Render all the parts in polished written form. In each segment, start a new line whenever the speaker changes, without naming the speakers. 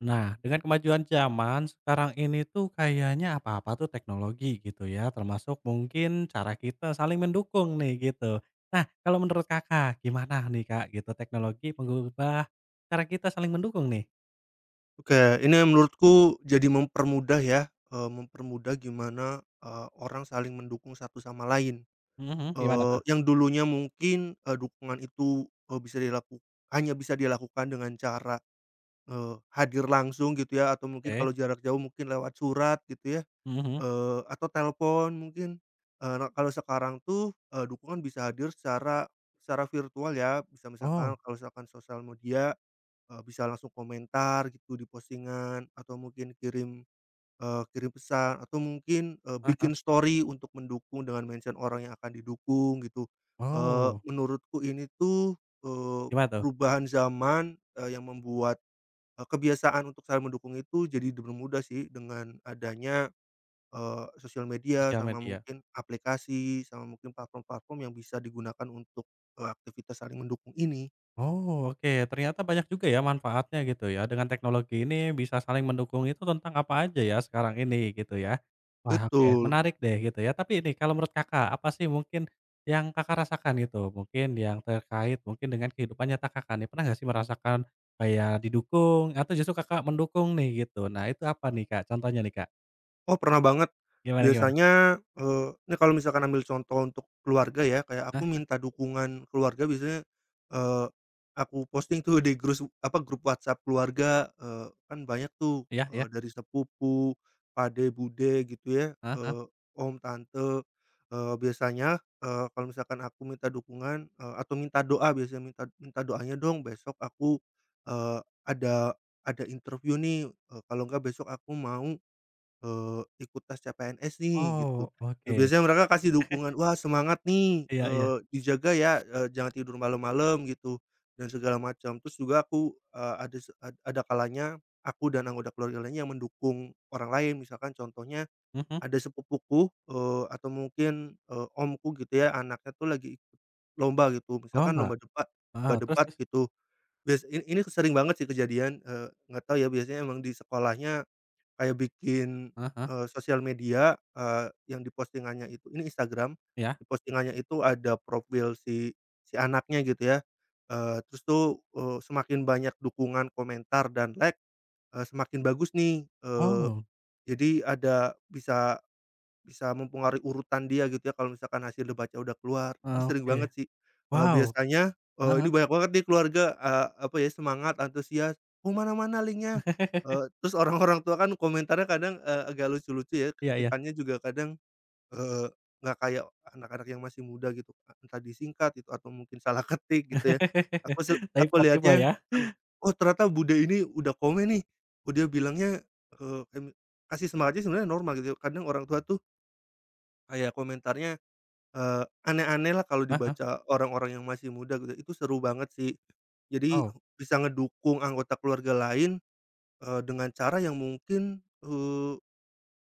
Nah, dengan kemajuan zaman sekarang ini tuh kayaknya apa-apa tuh teknologi gitu ya, termasuk mungkin cara kita saling mendukung nih gitu. Nah, kalau menurut Kakak gimana nih Kak gitu teknologi mengubah cara kita saling mendukung nih?
Oke, ini menurutku jadi mempermudah ya, mempermudah gimana, orang saling mendukung satu sama lain.
Mhm mhm, gimana tuh?
Yang dulunya mungkin, dukungan itu, bisa dilaku hanya bisa dilakukan dengan cara, hadir langsung gitu ya, atau mungkin
Oke,
kalau jarak jauh mungkin lewat surat gitu ya,
mhm mhm.
atau telepon mungkin. Eee, nah kalau sekarang tuh, dukungan bisa hadir secara secara virtual ya, bisa misalkan
Oh,
kalau misalkan sosial media. Bisa langsung komentar gitu di postingan atau mungkin kirim, kirim pesan atau mungkin,
heeh.
bikin story untuk mendukung dengan mention orang yang akan didukung gitu.
Oh,
Menurutku ini tuh, eee,
gimana tuh?
perubahan zaman, yang membuat, kebiasaan untuk saling mendukung itu jadi dipermudah sih dengan adanya, sosial media
Sosial
sama
media.
mungkin aplikasi, sama mungkin platform-platform yang bisa digunakan untuk, aktivitas saling mendukung ini.
Oh, oke. Ternyata banyak juga ya manfaatnya gitu ya. Dengan teknologi ini bisa saling mendukung itu tentang apa aja ya sekarang ini gitu ya. Wah, oke.
Betul.
Menarik deh gitu ya. Tapi ini kalau menurut Kakak, apa sih mungkin yang Kakak rasakan gitu? Mungkin yang terkait mungkin dengan kehidupan nyata Kakak nih. Pernah nggak sih merasakan kayak didukung atau justru Kakak mendukung nih gitu? Nah, itu apa nih Kak? Contohnya nih Kak.
Oh, pernah banget.
Gimana gimana?
Biasanya, ini kalau misalkan ambil contoh untuk keluarga ya, kayak aku
Hah?
minta dukungan keluarga biasanya, eee, aku posting tuh di grup WhatsApp keluarga, kan banyak tuh,
Iya iya.
dari sepupu, pade, bude gitu ya,
Heeh heeh.
om, tante, biasanya, kalau misalkan aku minta dukungan, atau minta doa biasanya minta minta doanya dong besok aku, eee, ada ada interview nih, kalau enggak besok aku mau ikut tes CPNS nih gitu,
Oh, oke.
biasanya mereka kasih dukungan, "Wah semangat nih,
Iya iya.
dijaga ya, jangan tidur malam-malam," gitu, dan segala macam. Terus juga aku, ada se ad ada kalanya aku dan anggota keluarga lainnya yang mendukung orang lain, misalkan contohnya
Mhm.
ada sepupuku, atau mungkin, omku gitu ya, anaknya tuh lagi ikut lomba gitu, misalkan
Lomba?
lomba
Heeh. Terus
debat
terus?
gitu. Ini sering banget sih kejadian, nggak tahu ya biasanya emang di sekolahnya kayak bikin,
Heeh heeh.
sosial media, yang di postingannya itu ini Instagram,
Iya.
di postingannya itu ada profil si si anaknya gitu ya, terus tuh, semakin banyak dukungan, komentar, dan like, semakin bagus nih,
Oh.
jadi ada bisa bisa mempengaruhi urutan dia gitu ya kalau misalkan hasil debatnya udah keluar, ini
Ah,
sering banget
oke,
sih,
wow,
biasanya,
heeh, heeh.
ini banyak banget nih keluarga, apa ya, semangat, antusias, "Oh mana-mana linknya," terus orang-orang tua kan komentarnya kadang, agak lucu-lucu ya,
Iya iya.
ketikannya juga kadang, eee, nggak kayak anak-anak yang masih muda gitu, entah disingkat itu atau mungkin salah ketik gitu ya. Aku
Tipe-tipe
lihatnya,
ya?
kan, "Oh ternyata Bude ini udah komen nih, oh dia bilangnya," eee, mmm, kasih semangatnya sebenarnya normal gitu ya, kadang orang tua tuh kayak komentarnya, aneh lah kalau
Heeh,
dibaca orang-orang yang masih muda gitu, itu seru banget sih. Jadi
oh,
bisa ngedukung anggota keluarga lain, dengan cara yang mungkin,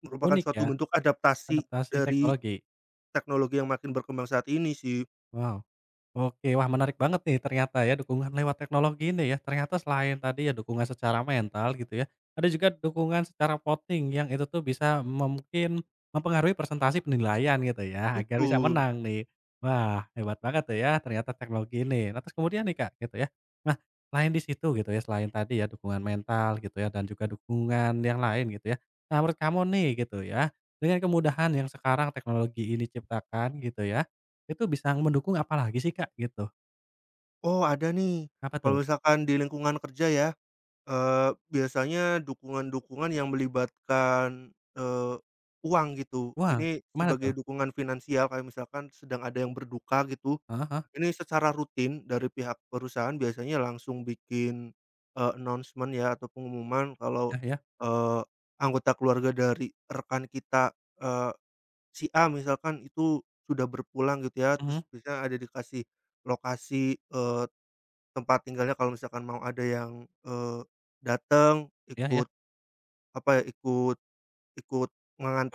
merupakan
unik ya,
suatu bentuk adaptasi
adaptasi
dari
teknologi,
teknologi yang makin berkembang saat ini sih.
wow. Oke, wah menarik banget nih ternyata ya dukungan lewat teknologi ini ya. Ternyata selain tadi ya dukungan secara mental gitu ya, ada juga dukungan secara voting yang itu tuh bisa mungkin mempengaruhi presentasi penilaian gitu ya, agar bisa
Betul.
menang nih. Wah, hebat banget tuh ya ternyata teknologi ini. Nah, terus kemudian nih Kak gitu ya. Nah, selain di situ gitu ya, selain tadi ya dukungan mental gitu ya dan juga dukungan yang lain gitu ya. Nah, menurut kamu nih gitu ya, dengan kemudahan yang sekarang teknologi ini ciptakan gitu ya, itu bisa mendukung apalagi sih, Kak, gitu.
Oh, ada nih,
Apa tuh?
kalau misalkan di lingkungan kerja ya. Biasanya dukungan-dukungan yang melibatkan, uang gitu.
Wah,
Ini
gimana tuh?
sebagai dukungan finansial kayak misalkan sedang ada yang berduka gitu,
Heeh heeh,
ini secara rutin dari pihak perusahaan biasanya langsung bikin, announcement ya atau pengumuman kalau,
iya iya,
eee, anggota keluarga dari rekan kita, eee, si A misalkan itu sudah berpulang gitu ya,
mhm,
terus biasanya ada dikasih lokasi, tempat tinggalnya kalau misalkan mau ada yang, datang
iya iya,
ikut, apa ya, ikut ikut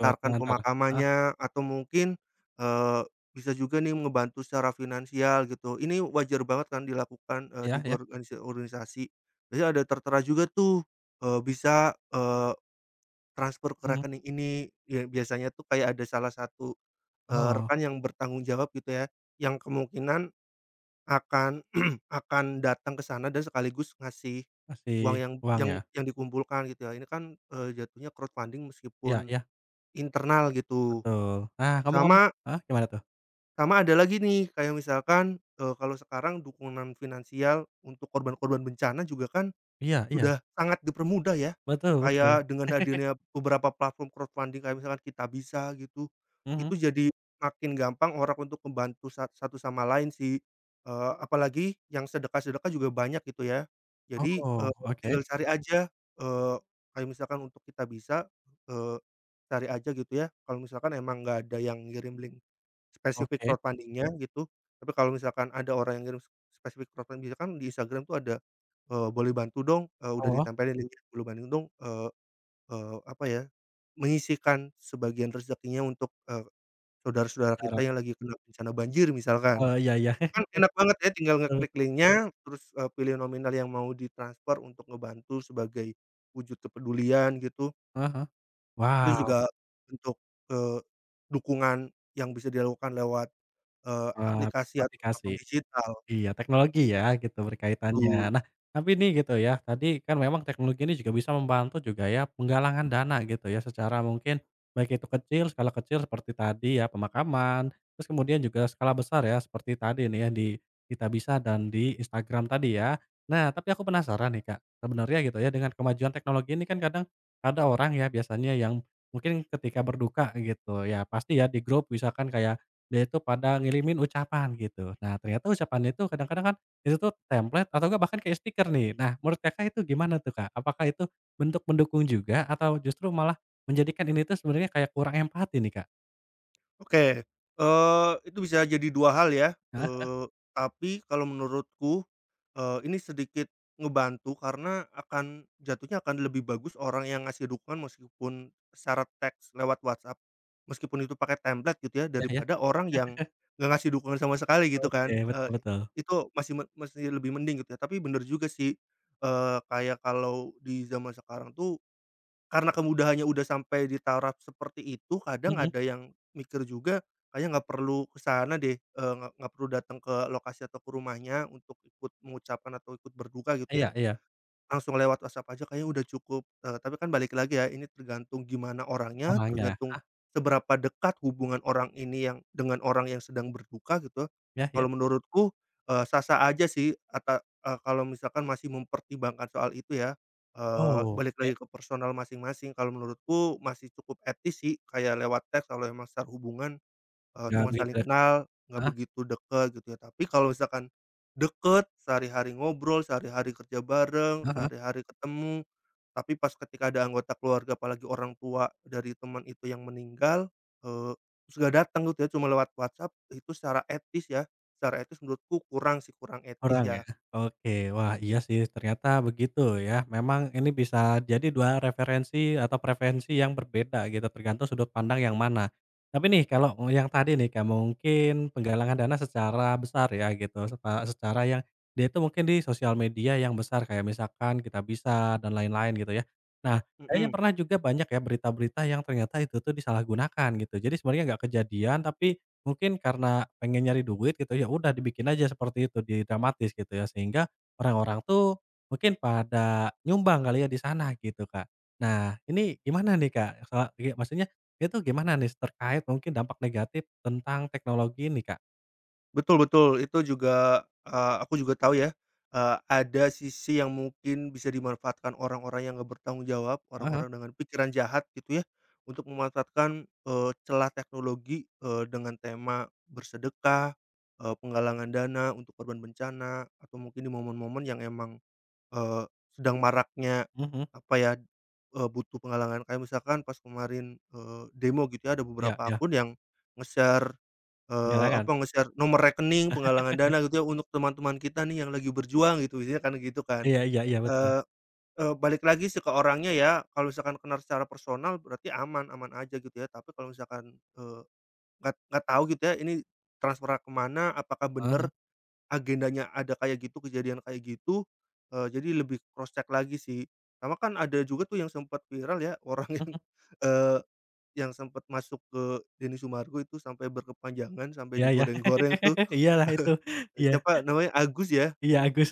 ikut pengantar, heeh,
pemakamannya atau mungkin, eee, bisa juga nih ngebantu secara finansial gitu. Ini wajar banget kan dilakukan,
iya
di
iya,
organisasi. Biasanya ada tertera juga tuh, bisa, transfer ke
mhm,
rekening ini. Ya biasanya tuh kayak ada salah satu,
oh,
rekan yang bertanggung jawab gitu ya, yang kemungkinan akan akan datang ke sana dan sekaligus ngasih
ngasih
uang
uang ya?
yang dikumpulkan gitu ya. Ini kan, jatuhnya crowdfunding
Iya
meskipun
iya,
internal gitu.
betul. Nah, ngomong-ngomong
Sama
heeh, gimana tuh?
Sama ada lagi nih kayak misalkan, kalau sekarang dukungan finansial untuk korban-korban bencana juga kan
Iya iya,
sudah sangat dipermudah ya,
betul betul,
kayak dengan hadirnya beberapa platform crowdfunding kayak misalkan Kitabisa gitu,
mhm,
itu jadi makin gampang orang untuk membantu satu sama lain sih, apalagi yang sedekah-sedekah juga banyak gitu ya. Jadi,
oh, oke
tinggal cari aja, eee, kayak misalkan untuk Kitabisa, eee, cari aja gitu ya, kalau misalkan emang nggak ada yang ngirim link spesifik
oke,
crowdfundingnya gitu, tapi kalau misalkan ada orang yang ngirim spesifik crowdfunding, misalkan di Instagram tuh ada "Boleh bantu dong," udah
oh,
ditempelin link "Boleh bantu dong," eee eee, apa ya, menyisihkan sebagian rezekinya untuk, saudara-saudara
cara
kita yang lagi kena bencana banjir misalkan.
oh, iya iya,
Itu kan enak banget ya tinggal
betul
ngeklik
betul,
linknya, terus, pilih nominal yang mau ditransfer untuk ngebantu sebagai wujud kepedulian gitu.
heeh heeh.
Itu
Wow,
juga bentuk, eee, dukungan yang bisa dilakukan lewat,
eee,
aplikasi atau
aplikasi.
platform digital,
Iya, teknologi ya gitu
betul.
berkaitannya. Nah, tapi nih gitu ya, tadi kan memang teknologi ini juga bisa membantu juga ya penggalangan dana gitu ya secara mungkin baik itu kecil, skala kecil seperti tadi ya pemakaman, terus kemudian juga skala besar ya seperti tadi nih ya di kita bisa dan di Instagram tadi ya. Nah, tapi aku penasaran nih Kak, sebenarnya gitu ya dengan kemajuan teknologi ini kan kadang ada orang ya biasanya yang mungkin ketika berduka gitu ya pasti ya di grup misalkan kayak dia itu pada ngirimin ucapan gitu. Nah, ternyata ucapannya itu kadang-kadang kan itu tuh template atau enggak bahkan kayak stiker nih. Nah, menurut Kakak itu gimana tuh, Kak? Apakah itu bentuk mendukung juga atau justru malah menjadikan ini tuh sebenarnya kayak kurang empati nih, Kak?
Oke, itu bisa jadi 2 hal ya,
Heeh,
tapi kalau menurutku, ini sedikit ngebantu karena akan jatuhnya akan lebih bagus orang yang ngasih dukungan meskipun secara teks lewat WhatsApp, meskipun itu pakai template gitu ya
iya iya.
daripada orang yang nggak ngasih dukungan sama sekali gitu
Oke,
kan,
betul betul.
itu masih lebih mending gitu ya. Tapi bener juga sih, kayak kalau di zaman sekarang tuh karena kemudahannya udah sampai di taraf seperti itu, kadang
Mhm,
ada yang mikir juga, "Kayaknya nggak perlu ke sana deh, nggak perlu datang ke lokasi atau ke rumahnya untuk ikut mengucapkan atau ikut berduka," gitu ya.
iya iya.
Langsung lewat WhatsApp aja kayaknya udah cukup, tapi kan balik lagi ya, ini tergantung gimana orangnya,
Orangnya.
tergantung
Heeh,
seberapa dekat hubungan orang ini yang dengan orang yang sedang berduka gitu.
ya ya.
Kalau menurutku, sah-sah aja sih kalau misalkan masih mempertimbangkan soal itu ya,
Oh,
balik
oke.
lagi ke personal masing-masing. Kalau menurutku masih cukup etis sih kayak lewat teks kalau emang secara hubungan.
Ya
Cuma
begitu
saling
ya.
kenal, nggak
Heeh
begitu deket gitu ya. Tapi kalau misalkan deket, sehari-hari ngobrol, sehari-hari kerja bareng,
heeh.
sehari-hari ketemu, tapi pas ketika ada anggota keluarga, apalagi orang tua dari teman itu yang meninggal, eee, terus gak datang gitu ya, cuma lewat WhatsApp, itu secara etis ya, secara etis menurutku kurang sih, kurang etis
Orang ya?
ya.
Oke, wah iya sih ternyata begitu ya. Memang ini bisa jadi 2 referensi atau preferensi yang berbeda gitu, tergantung sudut pandang yang mana. Tapi nih kalau yang tadi nih kayak mungkin penggalangan dana secara besar ya gitu, secara yang dia itu mungkin di sosial media yang besar kayak misalkan kita bisa dan lain-lain gitu ya. Nah, kayaknya
Mhm.
pernah juga banyak ya berita-berita yang ternyata itu tuh disalahgunakan gitu. Jadi sebenarnya nggak kejadian tapi mungkin karena pengen nyari duit gitu ya udah dibikin aja seperti itu, didramatis gitu ya, sehingga orang-orang tuh mungkin pada nyumbang kali ya di sana gitu, Kak. Nah, ini gimana nih, Kak? Soal iya maksudnya itu gimana nih terkait mungkin dampak negatif tentang teknologi ini, Kak?
Betul betul, itu juga, aku juga tahu ya, ada sisi yang mungkin bisa dimanfaatkan orang-orang yang nggak bertanggung jawab,
Heeh heeh,
orang-orang dengan pikiran jahat gitu ya, untuk memanfaatkan, celah teknologi, dengan tema bersedekah, penggalangan dana untuk korban bencana, atau mungkin di momen-momen yang emang sedang maraknya
mhm,
apa ya, butuh penggalangan kayak misalkan pas kemarin, demo gitu ya ada
iya
beberapa
iya,
akun yang nge-share, eee, apa
penggalangan.
nge-share nomor rekening penggalangan dana gitu ya untuk teman-teman kita nih yang lagi berjuang gitu isinya kan gitu kan.
Iya iya iya betul.
Eee eee, Balik lagi sih ke orangnya ya kalau misalkan kenal secara personal berarti aman, aman aja gitu ya tapi kalau misalkan, nggak tahu gitu ya ini transfer ke mana apakah
Heeh heeh,
bener agendanya ada kayak gitu, kejadian kayak gitu, jadi lebih cross check lagi sih. Sama kan ada juga tuh yang sempat viral ya, orang yang,
mhm,
eee, yang sempat masuk ke Denny Sumargo itu sampai berkepanjangan, sampai
iya iya,
digoreng-goreng tuh,
iya itu, iya
siapa namanya, Agus ya?
iya Agus.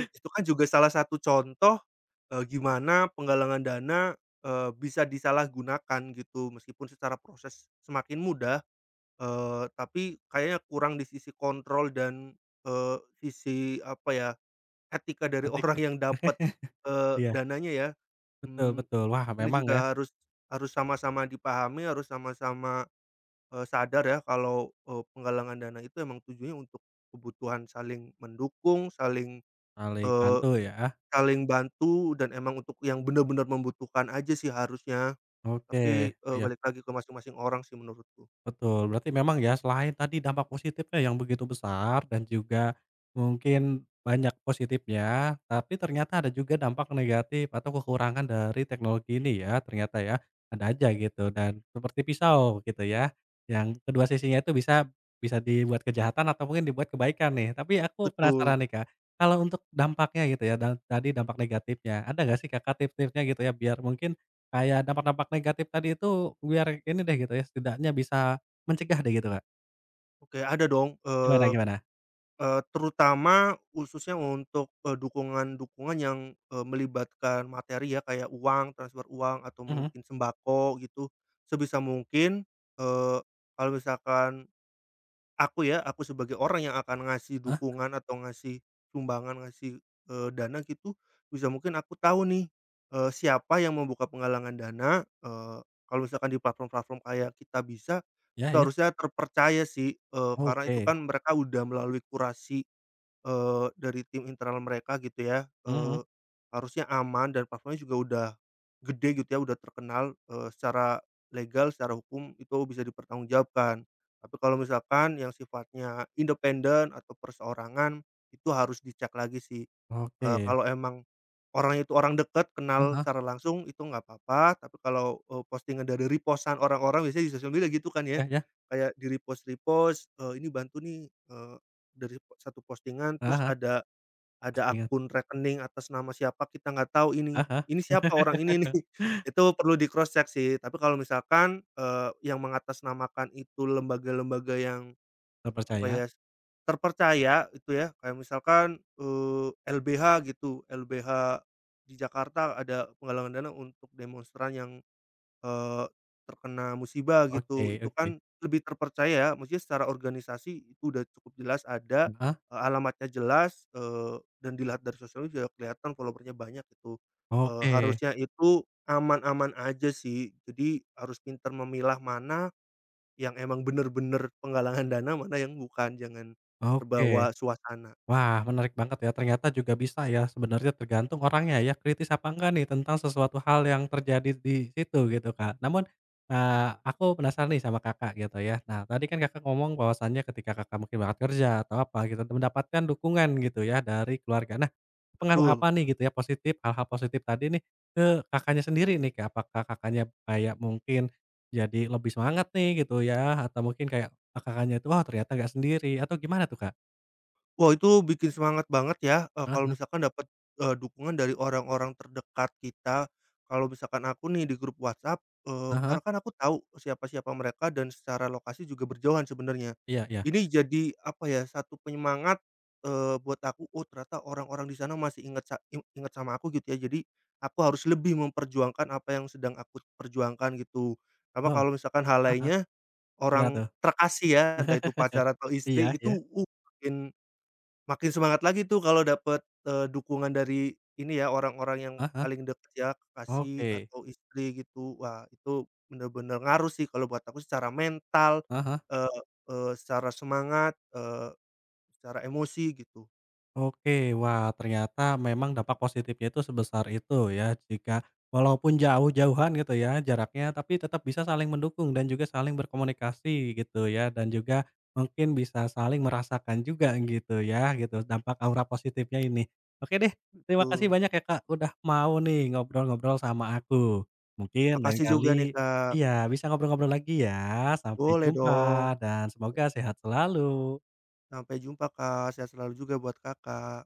itu kan juga salah satu contoh, gimana penggalangan dana, bisa disalahgunakan gitu. Meskipun secara proses semakin mudah, tapi kayaknya kurang di sisi kontrol dan, eee, sisi apa ya, etika dari
Nanti
orang
ya?
yang dapat,
Iya,
dananya ya,
betul
mmm,
betul. Wah
ini
memang ya,
juga harus harus sama-sama dipahami, harus sama-sama, sadar ya kalau, penggalangan dana itu emang tujuannya untuk kebutuhan saling mendukung, saling,
saling
eee,
bantu ya.
saling bantu dan emang untuk yang benar-benar membutuhkan aja sih harusnya.
Oke,
Tapi,
iya.
balik lagi ke masing-masing orang sih menurutku.
Betul, berarti memang ya selain tadi dampak positifnya yang begitu besar dan juga mungkin banyak positifnya, tapi ternyata ada juga dampak negatif atau kekurangan dari teknologi ini ya, ternyata ya. Ada aja gitu dan seperti pisau gitu ya, yang kedua sisinya itu bisa bisa dibuat kejahatan atau mungkin dibuat kebaikan nih. Tapi aku
Betul.
penasaran nih, Kak, kalau untuk dampaknya gitu ya dan tadi dampak negatifnya, ada nggak sih Kakak tips-tipsnya gitu ya biar mungkin kayak dampak-dampak negatif tadi itu biar ini deh gitu ya, setidaknya bisa mencegah deh gitu, Kak?
Oke, ada dong,
Gimana
eee
gimana?
Eee, terutama khususnya untuk, dukungan-dukungan yang, melibatkan materi ya, kayak uang, transfer uang, atau
Mhm.
mungkin sembako gitu. Sebisa mungkin, eee, kalau misalkan aku ya, aku sebagai orang yang akan ngasih
Heeh,
dukungan atau ngasih sumbangan, ngasih, dana gitu, bisa mungkin aku tahu nih, siapa yang membuka penggalangan dana, eee, kalau misalkan di platform-platform kayak kita bisa
iya
itu
iya.
harusnya terpercaya sih, karena itu
Oke.
kan mereka udah melalui kurasi. Dari tim internal mereka gitu ya,
Mhm.
harusnya aman dan platformnya juga udah gede gitu ya, udah terkenal, secara legal, secara hukum itu bisa dipertanggungjawabkan. Tapi kalau misalkan yang sifatnya independen atau perseorangan, itu harus dicek lagi sih.
Oke.
Kalau emang orangnya itu orang dekat,
Heeh
kenal
heeh.
secara langsung itu nggak apa-apa, tapi kalau, postingan dari repost-an orang-orang biasanya di sosial media gitu kan ya,
Iya iya.
kayak di-repost-repost, "Ini bantu nih," dari satu postingan terus
Heeh heeh.
ada
Pasti ingat.
akun rekening atas nama siapa kita nggak tahu
Ah, heeh.
ini siapa orang ini nih, itu perlu di cross check sih. Tapi kalau misalkan, yang mengatasnamakan itu lembaga-lembaga yang apa
Terpercaya.
ya, terpercaya itu ya, kayak misalkan, LBH gitu, LBH di Jakarta ada penggalangan dana untuk demonstran yang, eee, terkena musibah
Oke
gitu, itu
oke.
kan lebih terpercaya ya, maksudnya secara organisasi itu udah cukup jelas ada,
Heeh.
alamatnya jelas, dan dilihat dari sosial media juga kelihatan followernya banyak itu.
Oke
Harusnya itu aman-aman aja sih, jadi harus pintar memilah mana yang emang bener-bener penggalangan dana, mana yang bukan, jangan
oke.
terbawa suasana.
Wah, menarik banget ya, ternyata juga bisa ya, sebenarnya tergantung orangnya ya, kritis apa enggak nih tentang sesuatu hal yang terjadi di situ gitu, Kak. Namun, aku penasaran nih sama Kakak gitu ya. Nah, tadi kan Kakak ngomong bahwasannya ketika Kakak mungkin banget kerja atau apa gitu, mendapatkan dukungan gitu ya dari keluarga. Nah, pengaruh
Betul.
apa nih gitu ya positif, hal-hal positif tadi nih ke Kakaknya sendiri nih, Kak? Apakah Kakaknya kayak mungkin jadi lebih semangat nih gitu ya, atau mungkin kayak, Kakaknya itu, "Wah ternyata nggak sendiri," atau gimana tuh, Kak?
Wah, itu bikin semangat banget ya,
Aha,
kalau
aha.
misalkan dapat, dukungan dari orang-orang terdekat kita. Kalau misalkan aku nih di grup WhatsApp, karena kan aku tahu siapa-siapa mereka dan secara lokasi juga berjauhan sebenarnya.
Iya iya.
Ini jadi, apa ya, satu penyemangat, buat aku, "Oh, ternyata orang-orang di sana masih inget sa in inget sama aku," gitu ya. Jadi aku harus lebih memperjuangkan apa yang sedang aku perjuangkan gitu. Karena
Oh,
kalau misalkan hal
heeh heeh.
lainnya,
Gimana
orang
tuh?
terkasih ya, entah itu pacar atau istri,
Iya
itu,
iya.
makin makin semangat lagi tuh kalau dapet, dukungan dari ini ya, orang-orang yang
Heeh heeh.
paling dekat ya, kekasih
Oke.
atau istri gitu. Wah, itu bener-bener ngaruh sih kalau buat aku secara mental,
Heeh heeh.
eee eee, secara semangat, secara emosi gitu,
Oke, wah ternyata memang dampak positifnya itu sebesar itu ya jika walaupun jauh-jauhan gitu ya jaraknya tapi tetap bisa saling mendukung dan juga saling berkomunikasi gitu ya dan juga mungkin bisa saling merasakan juga gitu ya gitu dampak aura positifnya ini. Oke deh, terima kasih
betul.
banyak ya Kak udah mau nih ngobrol-ngobrol sama aku. Mungkin lain
Makasih juga nih,
kali
Kak.
iya bisa ngobrol-ngobrol lagi ya. Sampai
Boleh
jumpa
dong.
dan semoga sehat selalu.
Sampai jumpa, Kak. Sehat selalu juga buat Kakak.